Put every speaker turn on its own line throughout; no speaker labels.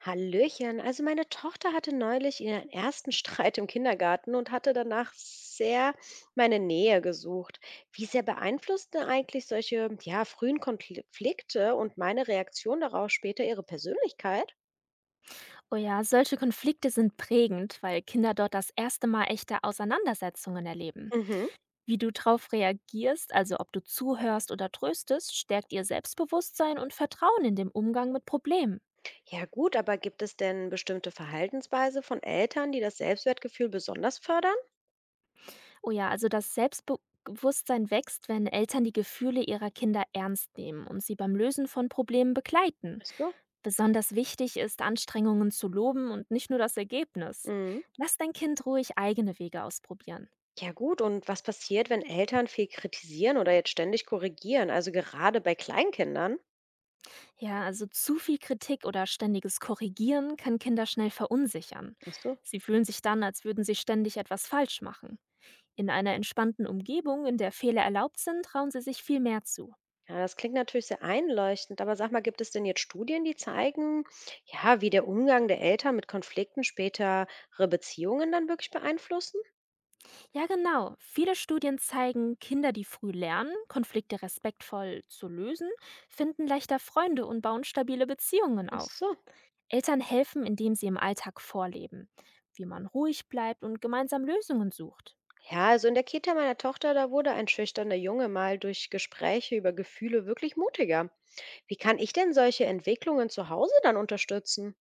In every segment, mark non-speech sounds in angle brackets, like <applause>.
Hallöchen. Also meine Tochter hatte neulich ihren ersten <laughs> Streit im Kindergarten und hatte danach sehr meine Nähe gesucht. Wie sehr beeinflusst eigentlich solche, ja, frühen Konflikte und meine Reaktion darauf später ihre Persönlichkeit?
Oh ja, solche Konflikte sind prägend, weil Kinder dort das erste Mal echte Auseinandersetzungen erleben.
Mhm.
Wie du darauf reagierst, also ob du zuhörst oder tröstest, stärkt ihr Selbstbewusstsein und Vertrauen in dem Umgang mit Problemen.
Ja gut, aber gibt es denn bestimmte Verhaltensweise von Eltern, die das Selbstwertgefühl besonders fördern?
Oh ja, also das Selbstbewusstsein wächst, wenn Eltern die Gefühle ihrer Kinder ernst nehmen und sie beim Lösen von Problemen begleiten.
Ist so.
Besonders wichtig ist, Anstrengungen zu loben und nicht nur das Ergebnis.
Mhm.
Lass dein Kind ruhig eigene Wege ausprobieren.
Ja gut, und was passiert, wenn Eltern viel kritisieren oder jetzt ständig korrigieren, also gerade bei Kleinkindern?
Ja, also zu viel Kritik oder ständiges Korrigieren kann Kinder schnell verunsichern.
Ach so.
Sie fühlen sich dann, als würden sie ständig etwas falsch machen. In einer entspannten Umgebung, in der Fehler erlaubt sind, trauen sie sich viel mehr zu.
Ja, das klingt natürlich sehr einleuchtend, aber sag mal, gibt es denn jetzt Studien, die zeigen, ja, wie der Umgang der Eltern mit Konflikten spätere Beziehungen dann wirklich beeinflussen?
Ja, genau. Viele Studien zeigen, Kinder, die früh lernen, Konflikte respektvoll zu lösen, finden leichter Freunde und bauen stabile Beziehungen
Ach
auf.
so.
Eltern helfen, indem sie im Alltag vorleben, wie man ruhig bleibt und gemeinsam Lösungen sucht.
Ja, also in der Kita meiner Tochter, da wurde ein schüchterner Junge mal durch Gespräche über Gefühle wirklich mutiger. Wie kann ich denn solche Entwicklungen zu Hause dann unterstützen?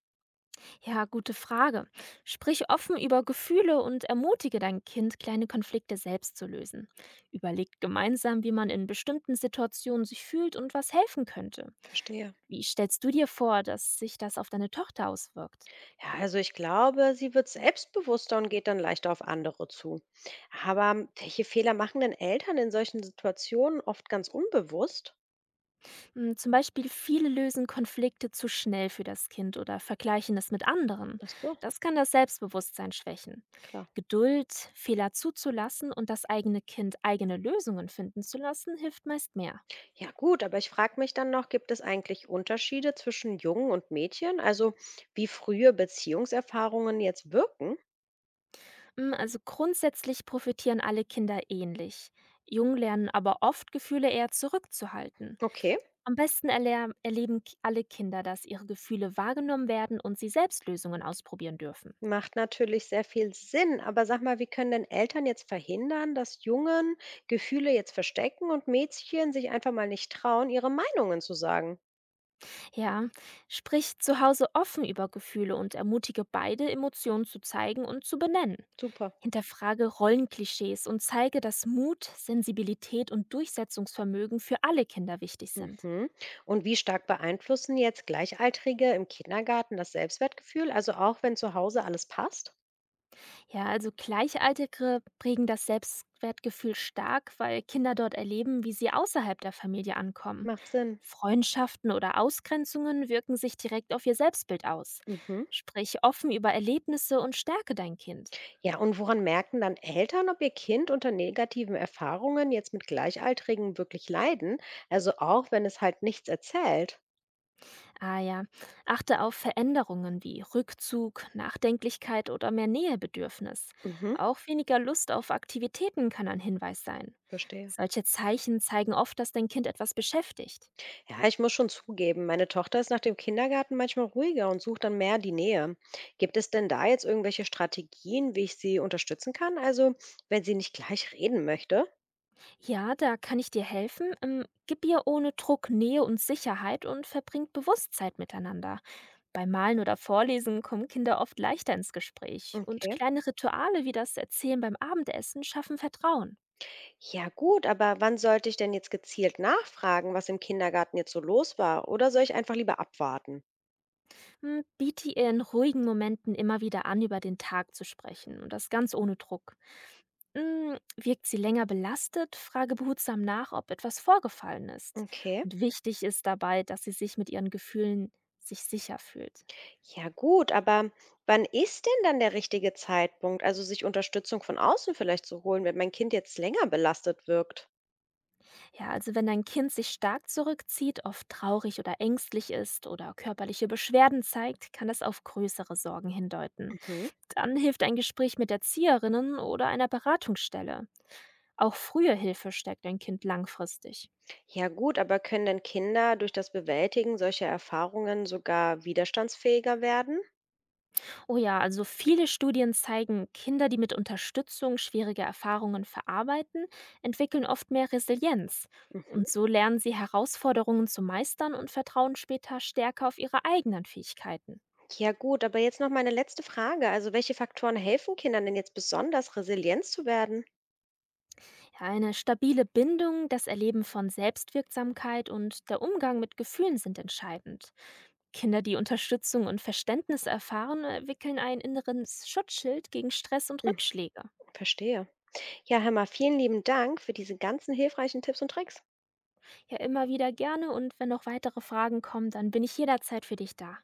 Ja, gute Frage. Sprich offen über Gefühle und ermutige dein Kind, kleine Konflikte selbst zu lösen. Überlegt gemeinsam, wie man in bestimmten Situationen sich fühlt und was helfen könnte.
Verstehe.
Wie stellst du dir vor, dass sich das auf deine Tochter auswirkt?
Ja, also ich glaube, sie wird selbstbewusster und geht dann leichter auf andere zu. Aber welche Fehler machen denn Eltern in solchen Situationen oft ganz unbewusst?
Hm, zum Beispiel, viele lösen Konflikte zu schnell für das Kind oder vergleichen es mit anderen.
Ach so,
Das kann das Selbstbewusstsein schwächen.
klar.
Geduld, Fehler zuzulassen und das eigene Kind eigene Lösungen finden zu lassen, hilft meist mehr.
Ja gut, aber ich frage mich dann noch, gibt es eigentlich Unterschiede zwischen Jungen und Mädchen? Also wie frühe Beziehungserfahrungen jetzt wirken?
Hm, also grundsätzlich profitieren alle Kinder ähnlich. Jung lernen aber oft, Gefühle eher zurückzuhalten.
Okay,
Am besten alle Kinder, dass ihre Gefühle wahrgenommen werden und sie selbst Lösungen ausprobieren dürfen.
macht natürlich sehr viel Sinn. Aber sag mal, wie können denn Eltern jetzt verhindern, dass Jungen Gefühle jetzt verstecken und Mädchen sich einfach mal nicht trauen, ihre Meinungen zu sagen?
Ja, sprich zu Hause offen über Gefühle und ermutige beide, Emotionen zu zeigen und zu benennen.
Super.
Hinterfrage Rollenklischees und zeige, dass Mut, Sensibilität und Durchsetzungsvermögen für alle Kinder wichtig sind.
Mhm. Und wie stark beeinflussen jetzt Gleichaltrige im Kindergarten das Selbstwertgefühl? Also auch wenn zu Hause alles passt?
Ja, also Gleichaltrige prägen das Selbstwertgefühl stark, weil Kinder dort erleben, wie sie außerhalb der Familie ankommen.
Macht Sinn.
Freundschaften oder Ausgrenzungen wirken sich direkt auf ihr Selbstbild aus.
Mhm.
Sprich offen über Erlebnisse und stärke dein Kind.
Ja, und woran merken dann Eltern, ob ihr Kind unter negativen Erfahrungen jetzt mit Gleichaltrigen wirklich leiden? Also auch wenn es halt nichts erzählt.
Ah ja, achte auf Veränderungen wie Rückzug, Nachdenklichkeit oder mehr Nähebedürfnis.
Mhm,
Auch weniger Lust auf Aktivitäten kann ein Hinweis sein.
verstehe.
Solche Zeichen zeigen oft, dass dein Kind etwas beschäftigt.
Ja, ich muss schon zugeben, meine Tochter ist nach dem Kindergarten manchmal ruhiger und sucht dann mehr die Nähe. Gibt es denn da jetzt irgendwelche Strategien, wie ich sie unterstützen kann? Also, wenn sie nicht gleich reden möchte?
Ja, da kann ich dir helfen. Gib ihr ohne Druck Nähe und Sicherheit und verbringt bewusst Zeit miteinander. Beim Malen oder Vorlesen kommen Kinder oft leichter ins Gespräch und
Okay.
kleine Rituale wie das Erzählen beim Abendessen schaffen Vertrauen.
Ja, gut, aber wann sollte ich denn jetzt gezielt nachfragen, was im Kindergarten jetzt so los war? Oder soll ich einfach lieber abwarten?
Hm, biete ihr in ruhigen Momenten immer wieder an, über den Tag zu sprechen und das ganz ohne Druck. Hm, wirkt sie länger belastet, frage behutsam nach, ob etwas vorgefallen ist.
Okay.
Und wichtig ist dabei, dass sie sich mit ihren Gefühlen sicher fühlt.
Ja gut, aber wann ist denn dann der richtige Zeitpunkt, also sich Unterstützung von außen vielleicht zu holen, wenn mein Kind jetzt länger belastet wirkt?
Ja, also wenn dein Kind sich stark zurückzieht, oft traurig oder ängstlich ist oder körperliche Beschwerden zeigt, kann das auf größere Sorgen hindeuten.
Mhm.
Dann hilft ein Gespräch mit Erzieherinnen oder einer Beratungsstelle. Auch frühe Hilfe stärkt dein Kind langfristig.
Ja gut, aber können denn Kinder durch das Bewältigen solcher Erfahrungen sogar widerstandsfähiger werden?
Oh ja, also viele Studien zeigen, Kinder, die mit Unterstützung schwierige Erfahrungen verarbeiten, entwickeln oft mehr Resilienz. Und
Mhm.
so lernen sie Herausforderungen zu meistern und vertrauen später stärker auf ihre eigenen Fähigkeiten.
Ja gut, aber jetzt noch meine letzte Frage. Also welche Faktoren helfen Kindern denn jetzt besonders, resilient zu werden?
Ja, eine stabile Bindung, das Erleben von Selbstwirksamkeit und der Umgang mit Gefühlen sind entscheidend. Kinder, die Unterstützung und Verständnis erfahren, entwickeln ein inneres Schutzschild gegen Stress und
Mhm.
Rückschläge.
Verstehe. Ja, Hammer, vielen lieben Dank für diese ganzen hilfreichen Tipps und Tricks.
Ja, immer wieder gerne und wenn noch weitere Fragen kommen, dann bin ich jederzeit für dich da.